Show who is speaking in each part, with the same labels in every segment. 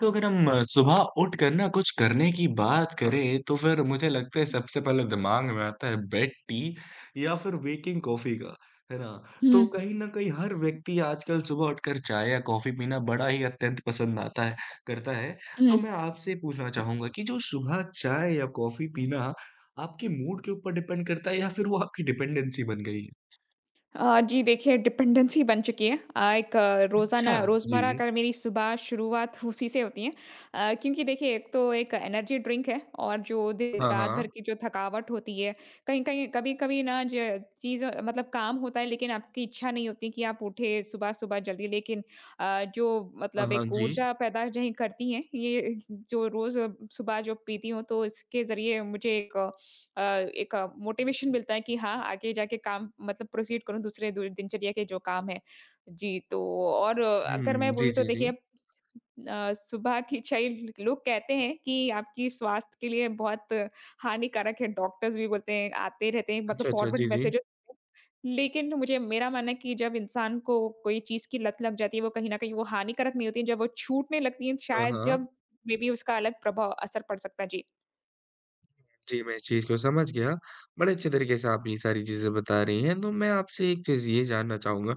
Speaker 1: तो अगर हम सुबह उठकर ना कुछ करने की बात करें तो फिर मुझे लगता है सबसे पहले दिमाग में आता है बेड टी या फिर वेकिंग कॉफी का, है ना?
Speaker 2: हुँ,
Speaker 1: तो कहीं न कहीं हर व्यक्ति आजकल सुबह उठकर चाय या कॉफी पीना बड़ा ही अत्यंत पसंद आता है करता है। तो
Speaker 2: हुँ।
Speaker 1: मैं आपसे पूछना चाहूँगा कि जो सुबह चाय या कॉफी पीना आपके मूड के ऊपर डिपेंड करता है या फिर वो आपकी डिपेंडेंसी बन गई है?
Speaker 2: जी देखिए, डिपेंडेंसी बन चुकी है। एक रोज़ाना
Speaker 1: अच्छा, जी,
Speaker 2: रोज़मर्रा
Speaker 1: जी।
Speaker 2: का मेरी सुबह शुरुआत उसी से होती है। क्योंकि देखिए, एक तो एक एनर्जी ड्रिंक है और जो दिन
Speaker 1: हाँ,
Speaker 2: रात भर
Speaker 1: हाँ।
Speaker 2: की जो थकावट होती है, कहीं-कहीं कभी-कभी ना ज चीज़ मतलब काम होता है, लेकिन आपकी इच्छा नहीं होती कि आप उठे सुबह-सुबह जल्दी। लेकिन जो
Speaker 1: हाँ,
Speaker 2: मतलब
Speaker 1: हाँ,
Speaker 2: एक
Speaker 1: जी।
Speaker 2: ऊर्जा पैदा नहीं करती हैं, ये जो रोज़ सुबह जो पीती हूँ तो इसके ज़रिए मुझे एक मोटिवेशन मिलता है कि हाँ, आगे जाके काम मतलब प्रोसीड करूँ दूसरे दु दिनचर्या के जो काम हैं। जी, तो और अगर
Speaker 1: हुँ,
Speaker 2: मैं
Speaker 1: जी,
Speaker 2: बोलूँ तो
Speaker 1: जी, जी।
Speaker 2: देखिए, सुबह की चाय लोग कहते हैं कि आपकी स्वास्थ्य के लिए बहुत हानिकारक है, डॉक्टर्स भी बोलते हैं, आते रहते हैं मतलब
Speaker 1: अच्छा, अच्छा। जी,
Speaker 2: फॉरवर्ड
Speaker 1: जी।
Speaker 2: मैसेजेस। लेकिन मुझे मेरा मानना है कि जब इंसान को कोई चीज़ की लत लग जाती है, वो कहीं न कहीं वो हानिकारक नहीं होती है, जब वो छूटने लगती है,
Speaker 1: हाँ,
Speaker 2: शायद
Speaker 1: हाँ।
Speaker 2: जब मेबी उसका अलग प्रभाव असर पड़ सकता है। जी।
Speaker 1: जी, मैं इस चीज़ को समझ गया। बड़े अच्छे तरीके से आप ये सारी चीज़ें बता रही हैं, तो मैं आपसे एक चीज़ ये जानना चाहूँगा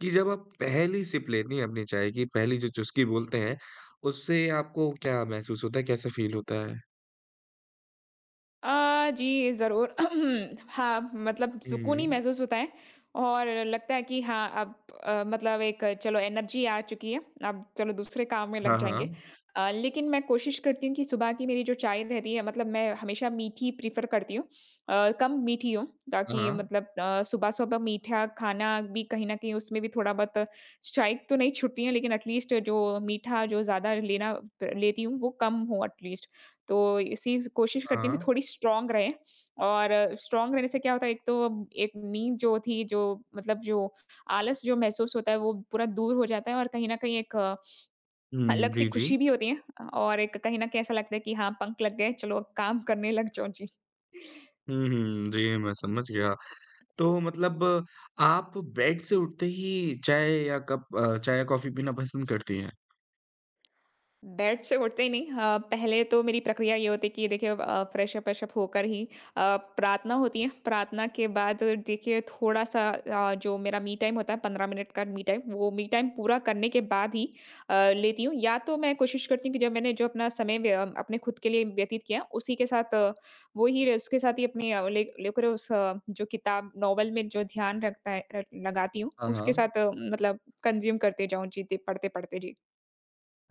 Speaker 1: कि जब आप पहली सिप लेती हैं अपने चाय की, पहली जो चुस्की बोलते हैं, उससे आपको क्या महसूस होता है, कैसा फ़ील होता है?
Speaker 2: जी, ज़रूर। हाँ, मतलब सुकून
Speaker 1: हुँ।
Speaker 2: ही महसूस होता है और लगता है कि हाँ, अब मतलब एक चलो एनर्जी आ चुकी है, अब चलो दूसरे काम में लग
Speaker 1: हाँ,
Speaker 2: जाएँगे।
Speaker 1: हाँ।
Speaker 2: लेकिन मैं कोशिश करती हूँ कि सुबह की मेरी जो चाय रहती है, मतलब मैं हमेशा मीठी प्रेफ़र करती हूँ। कम मीठी हो,
Speaker 1: हाँ,
Speaker 2: ताकि
Speaker 1: हाँ।
Speaker 2: मतलब सुबह-सुबह मीठा खाना भी कहीं न कहीं उसमें भी थोड़ा बहुत चाय तो नहीं छूटती है, लेकिन एटलीस्ट जो मीठा जो ज़्यादा लेना लेती हूँ, वो कम हो एटलीस्ट। तो इसी स कोशिश करती हूँ कि
Speaker 1: हाँ।
Speaker 2: थोड़ी स्ट्रॉन्ग रहें, और स्ट्रॉन्ग रहने से क्या होता है, एक तो एक नींद जो थी, जो मतलब जो आलस जो महसूस होता है, वो पूरा दूर हो जाता है और कहीं न कहीं एक
Speaker 1: हुँ,
Speaker 2: अलग सी
Speaker 1: जी, जी।
Speaker 2: खुशी भी होती है और एक कहीं न कहीं ऐसा लगता है कि हाँ, पंख लग गए, चलो अब काम करने लग जाओ। जी।
Speaker 1: हुँ, हुँ। जी, मैं समझ गया। तो मतलब आप बेड से उठते ही चाय या कप चाय या कॉफ़ी पीना पसंद करती हैं?
Speaker 2: बेड से उठते ही नहीं। पहले तो मेरी प्रक्रिया ये होती है कि देखिए, फ्रेश अप होकर ही अ, प्रार्थना होती है, प्रार्थना के बाद देखिए थोड़ा सा, जो मेरा मी टाइम होता है, 15 मिनट का मी टाइम, वो मी टाइम पूरा करने के बाद ही लेती हूँ। या तो मैं कोशिश करती हूँ कि जब मैंने जो अपना समय अपने खुद के लिए व्यतीत किया, उसी के साथ उसके साथ ही अपने लेकर उस जो किताब नॉवल में जो ध्यान रखता है लगाती हूँ
Speaker 1: हाँ,
Speaker 2: उसके
Speaker 1: हाँ।
Speaker 2: साथ, मतलब कंज्यूम करते जाऊँ, जीते पढ़ते पढ़ते जी।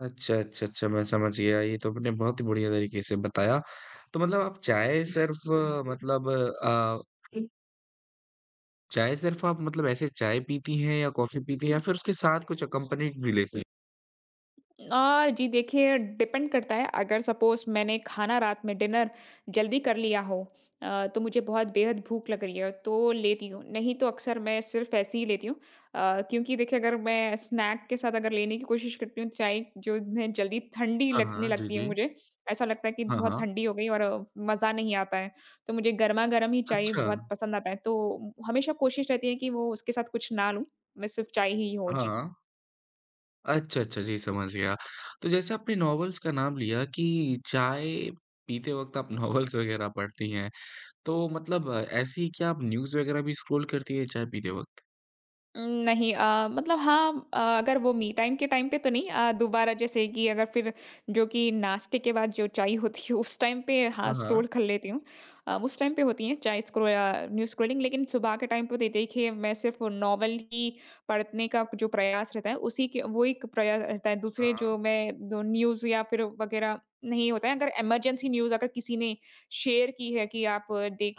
Speaker 1: अच्छा, अच्छा, अच्छा, मैं समझ गया। ये तो आपने बहुत ही बढ़िया तरीके से बताया। तो मतलब आप चाय सिर्फ़ मतलब चाय सिर्फ़ आप मतलब ऐसे चाय पीती हैं या कॉफ़ी पीती हैं या फिर उसके साथ कुछ अकम्पनीड भी लेती हैं?
Speaker 2: जी देखिए, डिपेंड करता है। अगर सपोज मैंने खाना रात में डिनर जल्दी कर लिया हो, तो मुझे बहुत बेहद भूख लग रही है तो लेती हूँ, नहीं तो अक्सर मैं सिर्फ ऐसे ही लेती हूँ। क्योंकि देखिए, अगर मैं स्नैक के साथ अगर लेने की कोशिश करती हूँ, चाय जो है जल्दी ठंडी
Speaker 1: हाँ,
Speaker 2: लगने
Speaker 1: हाँ। जी,
Speaker 2: लगती है
Speaker 1: जी।
Speaker 2: मुझे। ऐसा लगता है कि
Speaker 1: हाँ,
Speaker 2: बहुत
Speaker 1: हाँ।
Speaker 2: ठंडी हो गई, और मज़ा नहीं आता है। तो मुझे गर्मा गर्म ही चाय
Speaker 1: अच्छा।
Speaker 2: बहुत पसंद आता है, तो हमेशा कोशिश रहती है कि वो उसके साथ कुछ ना लूँ, मैं सिर्फ चाय ही हो, जी।
Speaker 1: हाँ। अच्छा, अच्छा, जी समझ गया। तो जैसे आपने नॉवेल्स का नाम लिया कि चाय पीते वक़्त आप नॉवेल्स वग़ैरह पढ़ती हैं। तो मतलब ऐसे ही क्या आप न्यूज़ वग़ैरह भी स्क्रॉल करती हैं चाय पीते वक़्त?
Speaker 2: नहीं, मतलब हाँ, अगर वो मी टाइम के टाइम पे तो नहीं। दोबारा जैसे कि अगर फिर जो कि नाश्ते के बाद जो चाय होती है, उस टाइम पे हाँ
Speaker 1: हाँ, हाँ।
Speaker 2: स्क्रॉल कर लेती हूँ। उस टाइम पे होती है चाय स्क्रॉल, न्यूज़ स्क्रॉलिंग। लेकिन सुबह के टाइम पे देखिए मैं सिर्फ नॉवल ही पढ़ने का जो प्रयास रहता है, उसी के वो एक प्रयास रहता है। दूसरे
Speaker 1: हाँ,
Speaker 2: जो मैं जो न्यूज़ या फिर वगैरह नहीं होता है, अगर इमरजेंसी न्यूज़ अगर किसी ने शेयर की है कि आप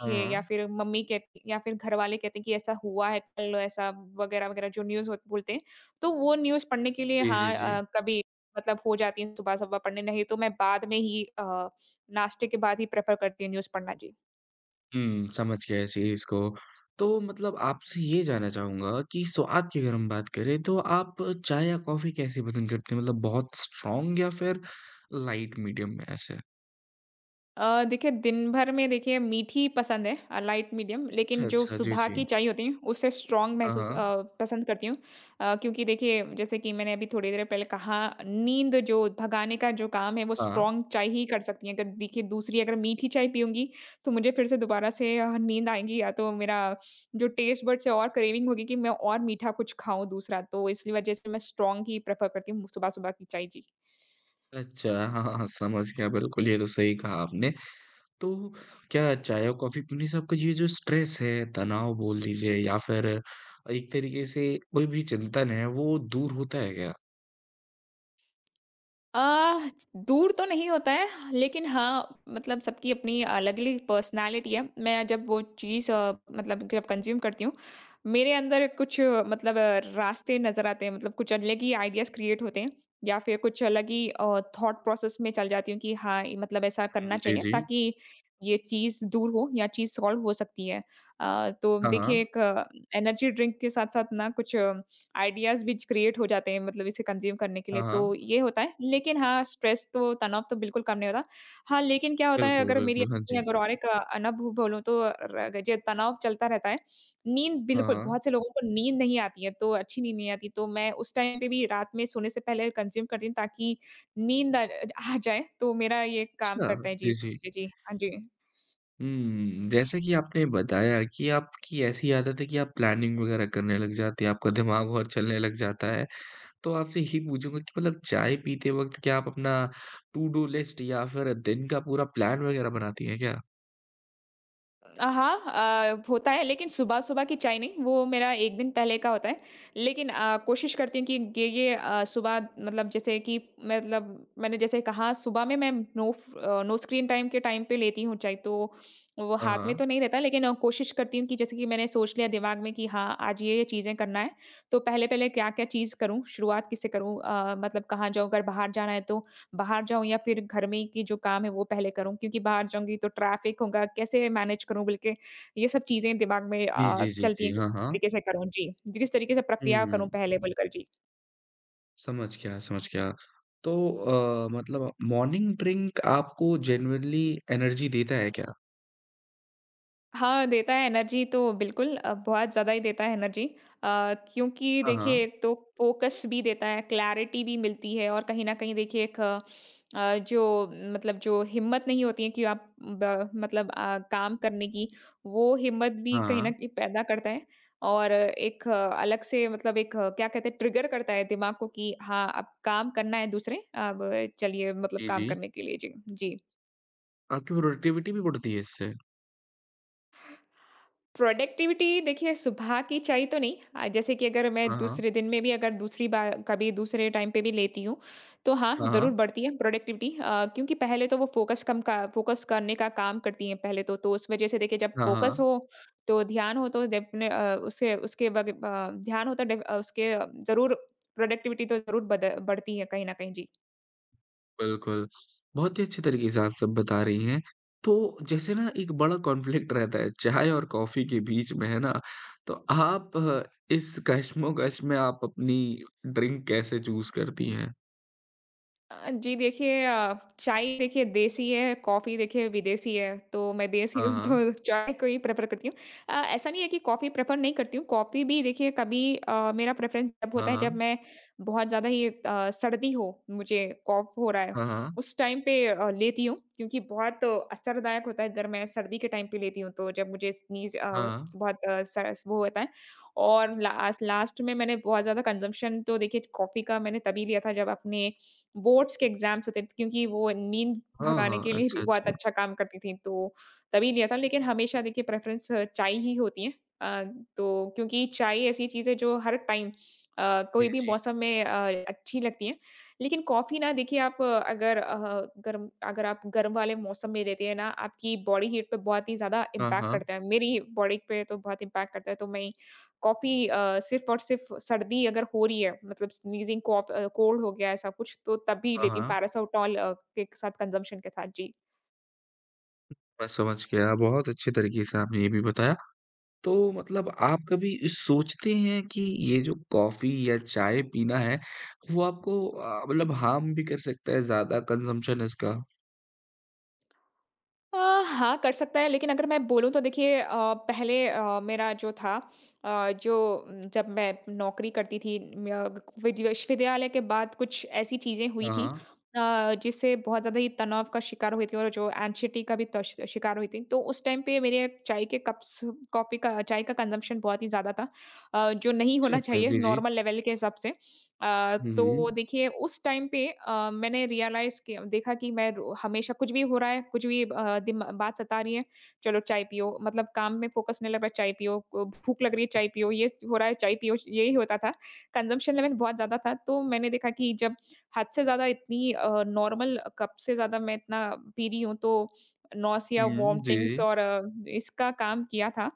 Speaker 1: हाँ,
Speaker 2: या
Speaker 1: हाँ।
Speaker 2: फिर मम्मी कहती या फिर घर वाले कहते हैं कि ऐसा हुआ है कल, ऐसा वगैरह वगैरह जो न्यूज़ बोलते हैं, तो वो न्यूज़ पढ़ने के लिए
Speaker 1: जी,
Speaker 2: हाँ,
Speaker 1: जी, जी।
Speaker 2: कभी मतलब हो जाती है सुबह-सुबह पढ़ने, नहीं तो मैं बाद में ही नाश्ते के बाद ही प्रेफ़र करती हूँ न्यूज़ पढ़ना जी।
Speaker 1: हुँ, समझ गया इस चीज़ को। तो मतलब आपसे ये जानना चाहूँगा कि स्वाद की अगर हम बात करें तो आप चाय या कॉफ़ी कैसे पसंद करते हैं? मतलब बहुत स्ट्रॉन्ग या फिर लाइट मीडियम में ऐसे?
Speaker 2: देखिए दिन भर में देखिए मीठी पसंद है, लाइट मीडियम। लेकिन
Speaker 1: अच्छा,
Speaker 2: जो
Speaker 1: अच्छा। जी,
Speaker 2: सुबह
Speaker 1: जी।
Speaker 2: की चाय होती है, उससे स्ट्रांग
Speaker 1: हाँ,
Speaker 2: महसूस
Speaker 1: हाँ।
Speaker 2: पसंद करती हूँ। क्योंकि देखिए जैसे कि मैंने अभी थोड़ी देर पहले कहा, नींद जो भगाने का जो काम है वो
Speaker 1: हाँ।
Speaker 2: स्ट्रांग चाय ही कर सकती है। अगर देखिए दूसरी अगर मीठी चाय पीऊंगी तो मुझे फिर से दोबारा से नींद आएगी, या तो मेरा जो टेस्ट बड से और क्रेविंग होगी कि मैं और मीठा कुछ खाऊं दूसरा, तो इसलिए वजह से मैं स्ट्रांग ही प्रेफर करती हूँ सुबह सुबह की चाय जी।
Speaker 1: अच्छा, हाँ, हाँ, हाँ, समझ गया बिल्कुल, ये तो सही कहा आपने। तो क्या चाय और कॉफ़ी पीने से आपका ये जो स्ट्रेस है, तनाव बोल लीजिए या फिर एक तरीके से कोई भी चिंतन है, वो दूर होता है क्या?
Speaker 2: आह, दूर तो नहीं होता है, लेकिन हाँ, मतलब सबकी अपनी अलग-अलग पर्सनैलिटी है। मैं जब वो चीज़ मतलब जब कंज़्यूम करती हूँ, मेरे अंदर कुछ रास्ते नज़र आते हैं, मतलब कुछ अलग ही आइडियाज़ क्रिएट होते हैं, या फिर कुछ अलग ही थॉट प्रोसेस में चल जाती हूँ कि हाँ, ये मतलब ऐसा करना
Speaker 1: हुँ, जी,
Speaker 2: चाहिए
Speaker 1: जी।
Speaker 2: ताकि ये चीज़ दूर हो या चीज़ सॉल्व हो सकती है। तो
Speaker 1: हाँ,
Speaker 2: देखिए,
Speaker 1: हाँ।
Speaker 2: एक एनर्जी ड्रिंक के साथ-साथ ना कुछ आइडियाज़ भी क्रिएट हो जाते हैं मतलब इसे कंज़्यूम करने के
Speaker 1: हाँ,
Speaker 2: लिए, तो
Speaker 1: हाँ।
Speaker 2: ये होता है। लेकिन हाँ, स्ट्रेस तो तनाव तो बिल्कुल कम नहीं होता। हाँ, लेकिन क्या होता है,
Speaker 1: बिल्कुल,
Speaker 2: अगर मेरी
Speaker 1: बिल्कुल। हाँ
Speaker 2: अपनी
Speaker 1: जी।
Speaker 2: अगर और एक अनब बोलूँ तो र जो तनाव चलता रहता है, नींद
Speaker 1: हाँ,
Speaker 2: बिल्कुल
Speaker 1: हाँ।
Speaker 2: बहुत से लोगों को नींद नहीं आती है, तो अच्छी नींद नहीं आती, तो मैं उस टाइम पे भी रात में सोने से पहले कंज़्यूम करती हूँ ताकि नींद आ जाए, तो मेरा ये काम
Speaker 1: अच्छा,
Speaker 2: करता है। जी,
Speaker 1: जी,
Speaker 2: इस
Speaker 1: जी।
Speaker 2: वजह जी। हाँ जी।
Speaker 1: हुँ, जैसे कि आपने बताया कि आपकी ऐसी आदत है कि आप प्लानिंग वग़ैरह करने लग जाते हैं, आपका दिमाग और चलने लग जाता है। तो आपसे यही पूछूँगा कि मतलब चाय पीते वक़्त क्या आप अपना टू डू लिस्ट या फिर दिन का पूरा प्लान वग़ैरह बनाती हैं क्या?
Speaker 2: हाँ, होता है, लेकिन सुबह-सुबह की चाय नहीं, वो मेरा 1 दिन पहले का होता है। लेकिन कोशिश करती हूँ कि ये सुबह मतलब जैसे कि मतलब मैंने जैसे कहा, सुबह में मैं नो स्क्रीन टाइम के टाइम पे लेती हूँ चाय, तो वो
Speaker 1: हाँ,
Speaker 2: हाथ में
Speaker 1: हाँ।
Speaker 2: तो नहीं रहता। लेकिन कोशिश करती हूँ कि जैसे कि मैंने सोच लिया दिमाग में कि हाँ, आज ये-ये चीज़ें करना है, तो पहले-पहले क्या-क्या चीज़ करूँ, शुरुआत किससे करूँ, मतलब कहाँ जाऊँ, अगर बाहर जाना है तो बाहर जाऊँ, या फिर घर में ही की जो काम है वो पहले करूँ, क्योंकि बाहर जाऊँगी तो ट्रैफ़िक होगा, कैसे मैनेज करूँ बल्कि। ये सब चीज़ें दिमाग में
Speaker 1: जी, जी, जी,
Speaker 2: चलती
Speaker 1: जी।
Speaker 2: हैं कि
Speaker 1: हाँ,
Speaker 2: किस
Speaker 1: हाँ।
Speaker 2: तरीके से करूँ? जी, जी, किस तरीके से प्रक्रिया करूँ
Speaker 1: हुँ,
Speaker 2: पहले बोलकर जी।
Speaker 1: समझ गया, समझ गया। तो मतलब मॉर्निंग ड्रिंक आपको जेनुइनली एनर्जी देता है क्या?
Speaker 2: हाँ, देता है एनर्जी तो बिल्कुल, बहुत ज़्यादा ही देता है एनर्जी। क्योंकि
Speaker 1: हाँ,
Speaker 2: देखिए
Speaker 1: हाँ।
Speaker 2: एक तो फ़ोकस भी देता है, क्लैरिटी भी मिलती है, और कहीं न कहीं देखिए एक जो मतलब जो हिम्मत नहीं होती है कि आप ब मतलब काम करने की, वो हिम्मत भी
Speaker 1: हाँ,
Speaker 2: कहीं न
Speaker 1: हाँ।
Speaker 2: कहीं पैदा करता है। और एक अलग से मतलब एक क्या कहते हैं, ट्रिगर करता है दिमाग को कि हाँ, अब काम करना है दूसरे, अब चलिए मतलब
Speaker 1: जी,
Speaker 2: काम
Speaker 1: जी।
Speaker 2: करने के लिए। जी, जी।
Speaker 1: आपकी प्रोडक्टिविटी भी बढ़ती है इससे?
Speaker 2: प्रोडक्टिविटी देखिए सुबह की चाहिए तो नहीं। जैसे कि अगर मैं
Speaker 1: हाँ, हाँ।
Speaker 2: दूसरे दिन में भी अगर दूसरी बार कभी दूसरे टाइम पे भी लेती हूँ, तो हाँ
Speaker 1: हाँ,
Speaker 2: ज़रूर
Speaker 1: हाँ।
Speaker 2: बढ़ती है प्रोडक्टिविटी, क्योंकि पहले तो वो फोकस कम का फोकस करने का काम करती हैं पहले तो, उस वजह से देखिए जब
Speaker 1: हाँ,
Speaker 2: फोकस
Speaker 1: हाँ।
Speaker 2: हो तो ध्यान हो तो डेफिने अ, उससे उसके वग- अ, ध्यान हो तो उसके ज़रूर प्रोडक्टिविटी तो ज़रूर बढ़ती है कहीं ना कहीं जी।
Speaker 1: बिल्कुल, बहुत ही अच्छे तरीके से आप सब बता रही हैं। तो जैसे ना एक बड़ा कॉन्फ्लिक्ट रहता है चाय और कॉफ़ी के बीच में, है ना? तो आप इस कशमकश में आप अपनी ड्रिंक कैसे चूज़ करती हैं?
Speaker 2: जी देखिए, चाय देखिए देसी है, कॉफ़ी देखिए विदेशी है, तो मैं देसी
Speaker 1: हाँ,
Speaker 2: हूँ तो
Speaker 1: हाँ।
Speaker 2: चाय को ही प्रेफ़र करती हूँ। ऐसा नहीं है कि कॉफ़ी प्रेफ़र नहीं करती हूँ, कॉफ़ी भी देखिए कभी मेरा प्रेफ़रेंस तब होता
Speaker 1: हाँ,
Speaker 2: है जब
Speaker 1: हाँ।
Speaker 2: मैं बहुत ज़्यादा ही सर्दी हो, मुझे कॉफ़ हो रहा है,
Speaker 1: हाँ,
Speaker 2: उस टाइम पे लेती हूँ, क्योंकि बहुत असरदायक होता है अगर मैं सर्दी के टाइम पे लेती हूँ, तो जब मुझे स्नीज़
Speaker 1: हाँ।
Speaker 2: बहुत स वो होता है। और लास्ट लास्ट में मैंने बहुत ज़्यादा कंज़म्पशन तो देखिए कॉफ़ी का मैंने तभी लिया था जब अपने बोर्ड्स के एग्ज़ाम्स होते थे, क्योंकि वो नींद
Speaker 1: हाँ, हाँ,
Speaker 2: भगाने
Speaker 1: हाँ।
Speaker 2: के लिए भी
Speaker 1: अच्छा,
Speaker 2: बहुत
Speaker 1: अच्छा।
Speaker 2: अच्छा काम करती थीं, तो तभी लिया था। लेकिन हमेशा देखिए प्रेफ़रेंस चाय ही होती है। अ, तो क्योंकि चाय ऐसी चीज़ है जो हर टाइम, अ,
Speaker 1: जी,
Speaker 2: कोई भी
Speaker 1: जी।
Speaker 2: मौसम में अच्छी लगती है। लेकिन कॉफ़ी ना देखिए आप अगर गर्म, अगर आप गर्म वाले मौसम में लेते हैं ना, आपकी बॉडी हीट पे बहुत ही ज़्यादा
Speaker 1: हाँ,
Speaker 2: इम्पैक्ट
Speaker 1: हाँ।
Speaker 2: करता है। मेरी बॉडी पे तो बहुत इम्पैक्ट करता है, तो मैं कॉफ़ी सिर्फ़ और सिर्फ़ सर्दी अगर हो रही है, मतलब स्नीज़िंग कोल्ड हो गया है ऐसा कुछ, तो तब भी
Speaker 1: हाँ,
Speaker 2: लेती हूँ
Speaker 1: हाँ।
Speaker 2: पैरासिटामोल के साथ कंज़म्पशन के साथ। जी।
Speaker 1: मैं समझ गया, बहुत अच्छे तरीके से आपने ये भी बताया। तो मतलब आप कभी सोचते हैं कि ये जो कॉफ़ी या चाय पीना है, वो आपको मतलब हार्म भी कर सकता है ज़्यादा कंज़म्पशन इसका?
Speaker 2: अ, हाँ, कर सकता है, लेकिन अगर मैं बोलूँ तो देखिए पहले मेरा जो था जब मैं नौकरी करती थी म्य ग विद्य विश्वविद्यालय के बाद कुछ ऐसी चीज़ें हुई
Speaker 1: हाँ,
Speaker 2: थी
Speaker 1: हाँ।
Speaker 2: जिससे बहुत ज़्यादा ही तनाव का शिकार हुई थी और जो एंग्ज़ायटी का भी तश शिकार हुई थी। तो उस टाइम पे मेरे चाय के कप्स कॉफ़ी का चाय का कंज़म्पशन बहुत ही ज़्यादा था, जो नहीं
Speaker 1: अच्छा,
Speaker 2: होना
Speaker 1: अच्छा।
Speaker 2: चाहिए
Speaker 1: जी, जी।
Speaker 2: नॉर्मल लेवल के हिसाब से।
Speaker 1: हुँ,
Speaker 2: तो
Speaker 1: हुँ।
Speaker 2: देखिए उस टाइम पे मैंने रियलाइज़ किया देखा कि मैं रो हमेशा कुछ भी हो रहा है, कुछ भी दिमा बात सता रही है, चलो चाय पियो, मतलब काम में फ़ोकस नहीं लग रहा है चाय पियो, क भूख लग रही है चाय पियो, ये हो रहा है चाय पियो, यही होता था। कंज़म्पशन लेवल बहुत ज़्यादा था, तो मैंने देखा कि जब हद से ज़्यादा इतनी नॉर्मल कप से ज़्यादा मैं इतना पी रही हूँ, तो नौसिया,
Speaker 1: हुँ, जी,
Speaker 2: वॉमिटिंग्स
Speaker 1: जी।
Speaker 2: और इसका काम किया था।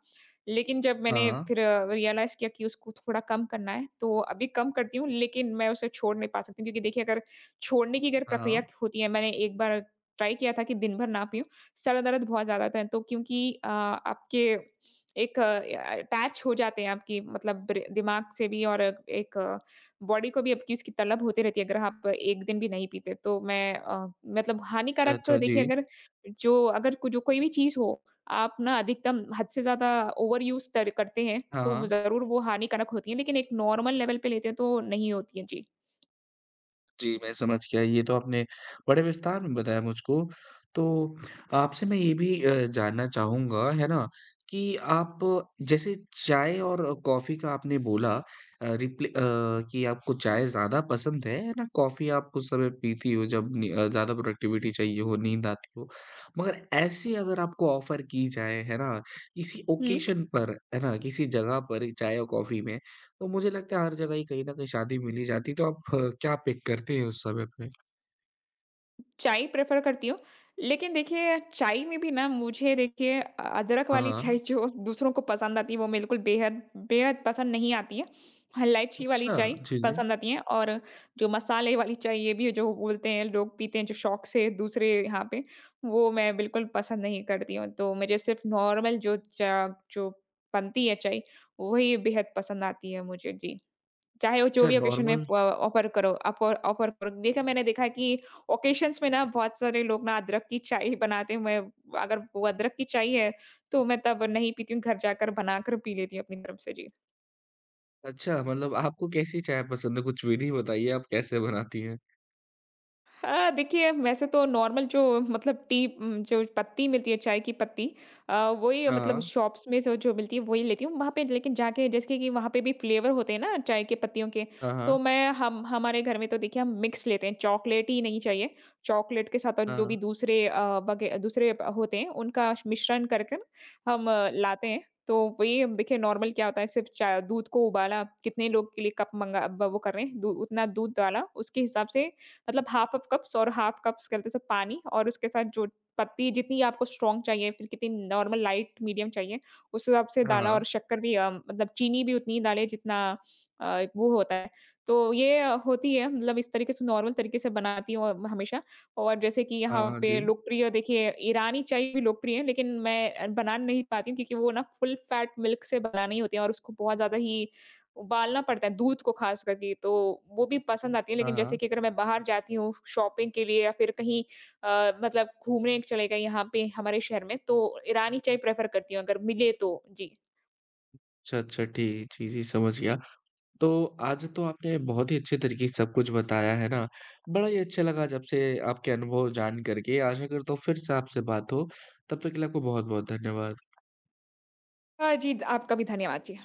Speaker 2: लेकिन जब
Speaker 1: हाँ,
Speaker 2: मैंने
Speaker 1: हाँ।
Speaker 2: फिर रियलाइज़ किया कि उसको थोड़ा कम करना है, तो अभी कम करती हूँ, लेकिन मैं उसे छोड़ नहीं पा सकती हूँ, क्योंकि देखिए अगर छोड़ने की अगर
Speaker 1: हाँ,
Speaker 2: प्रक्रिया
Speaker 1: हाँ।
Speaker 2: होती है, मैंने एक बार ट्राई किया था कि दिन भर ना पीऊँ, सर दर्द बहुत ज़्यादा था, तो क्योंकि आपके एक अटैच हो जाते हैं आपकी मतलब ब्रे दिमाग से भी और एक बॉडी को भी आपकी उसकी तलब होती रहती है अगर आप एक दिन भी नहीं पीते। तो मैं मतलब
Speaker 1: अच्छा,
Speaker 2: हानिकारक
Speaker 1: अच्छा। जी।
Speaker 2: देखिए अगर जो अगर को- जो कोई भी चीज़ हो, आप ना अधिकतम हद से ज़्यादा ओवर यूज़ तर करते हैं,
Speaker 1: हाँ,
Speaker 2: तो
Speaker 1: हाँ।
Speaker 2: ज़रूर वो हानिकारक होती है, लेकिन एक नॉर्मल लेवल पे लेते हैं तो नहीं होती है। जी।
Speaker 1: जी, मैं समझ गया। ये तो आपने बड़े विस्तार में बताया मुझको। तो आपसे मैं ये भी जानना चाहूँगा, है ना, कि आप जैसे चाय और कॉफ़ी का आपने बोला रिप्ले, कि आपको चाय ज़्यादा पसंद है ना? कॉफ़ी आप उस समय पीती हो जब ज़्यादा प्रोडक्टिविटी चाहिए हो, नींद आती हो। मगर ऐसे अगर आपको ऑफ़र की जाए, है ना, किसी
Speaker 2: हुँ।
Speaker 1: ओकेशन पर, है ना, किसी जगह पर चाय और कॉफ़ी में तो मुझे लगता है हर जगह ही कहीं न कहीं शादी मिल ही जाती है, तो आप क्या पिक करते हैं उस समय पे?
Speaker 2: चाय प्रेफ़र करती हूँ। लेकिन देखिए चाय में भी ना मुझे देखिए अदरक
Speaker 1: हाँ,
Speaker 2: वाली चाय
Speaker 1: हाँ।
Speaker 2: जो दूसरों को पसंद आती है, वो बिल्कुल बेहद बेहद पसंद नहीं आती है। हाँ, इलायची वाली
Speaker 1: अच्छा,
Speaker 2: चाय
Speaker 1: जी, जी।
Speaker 2: पसंद आती है और जो मसाले वाली चाय ये भी जो बोलते हैं लोग पीते हैं जो शौक से दूसरे यहाँ पे, वो मैं बिल्कुल पसंद नहीं करती हूँ। तो मुझे सिर्फ़ नॉर्मल जो बनती है चाय, वही बेहद पसंद आती है मुझे। जी। चाहे वो जो
Speaker 1: अच्छा
Speaker 2: भी ओकेशन में
Speaker 1: नॉर्मल
Speaker 2: प ऑफ़र करो, ऑफ़र ऑफ़र करो। देखा, मैंने देखा है कि ओकेशन्स में ना बहुत सारे लोग ना अदरक की चाय बनाते हैं। मैं अगर वो अदरक की चाय है, तो मैं तब नहीं पीती हूँ, घर जाकर बनाकर पी लेती हूँ अपनी तरफ से। जी।
Speaker 1: अच्छा मतलब आपको कैसी चाय पसंद है? कुछ विधि बताइए आप कैसे बनाती हैं?
Speaker 2: हाँ, देखिए वैसे तो नॉर्मल जो मतलब जो पत्ती मिलती है चाय की पत्ती, वही
Speaker 1: हाँ,
Speaker 2: मतलब
Speaker 1: हाँ।
Speaker 2: शॉप्स में जो जो मिलती है वही लेती हूँ। वहाँ पे लेकिन जाके जैसे कि वहाँ पे भी फ्लेवर होते हैं ना चाय के पत्तियों के,
Speaker 1: हाँ,
Speaker 2: तो
Speaker 1: हाँ।
Speaker 2: मैं हम हमारे घर में तो देखिए हम मिक्स लेते हैं, चॉकलेट ही नहीं चाहिए। चॉकलेट के साथ और
Speaker 1: हाँ,
Speaker 2: जो भी
Speaker 1: हाँ।
Speaker 2: दूसरे वगे दूसरे प होते हैं उनका श मिश्रण कर कर हम लाते हैं। तो वही अब देखिए नॉर्मल क्या होता है सिर्फ़ चा दूध को उबाला, कितने लोग के लिए कप मँगा ब वो कर रहे हैं, दू उतना दूध डाला, उसके हिसाब से मतलब हाफ ऑफ कप्स और हाफ कप्स कहते हैं पानी और उसके साथ जो पत्ती जितनी आपको स्ट्रॉन्ग चाहिए फिर कितनी नॉर्मल लाइट मीडियम चाहिए उस हिसाब से
Speaker 1: हाँ,
Speaker 2: डाला, और
Speaker 1: हाँ।
Speaker 2: शक्कर भी मतलब चीनी भी उतनी ही डालें जितना अ, वो होता है। तो ये होती है मतलब इस तरीके से नॉर्मल तरीके से बनाती हूँ हमेशा। और जैसे कि
Speaker 1: हाँ,
Speaker 2: यहाँ
Speaker 1: हाँ,
Speaker 2: पे
Speaker 1: जी।
Speaker 2: लोकप्रिय देखिए ईरानी चाय भी लोकप्रिय है, लेकिन मैं बना नहीं पाती हूँ क्योंकि वो ना फुल फैट मिल्क से बनानी होती है और उसको बहुत ज़्यादा ही उबालना पड़ता है दूध को ख़ास करके, तो वो भी पसंद आती है।
Speaker 1: हाँ,
Speaker 2: लेकिन जैसे
Speaker 1: हाँ।
Speaker 2: कि अगर मैं बाहर जाती हूँ शॉपिंग के लिए या फिर कहीं मतलब घूमने चले गए यहाँ पे हमारे शहर में, तो ईरानी चाय प्रेफ़र करती हूँ अगर मिले तो। जी।
Speaker 1: अच्छा, अच्छा ठीक जी, जी समझ गया। तो आज तो आपने बहुत ही अच्छे तरीके से सब कुछ बताया है ना, बड़ा ही अच्छा लगा जब से आपके अनुभव जान करके। आशा करता हूँ फिर से आपसे बात हो, तब तक के लिए आपको बहुत-बहुत धन्यवाद।
Speaker 2: जी, आपका भी धन्यवाद। जी।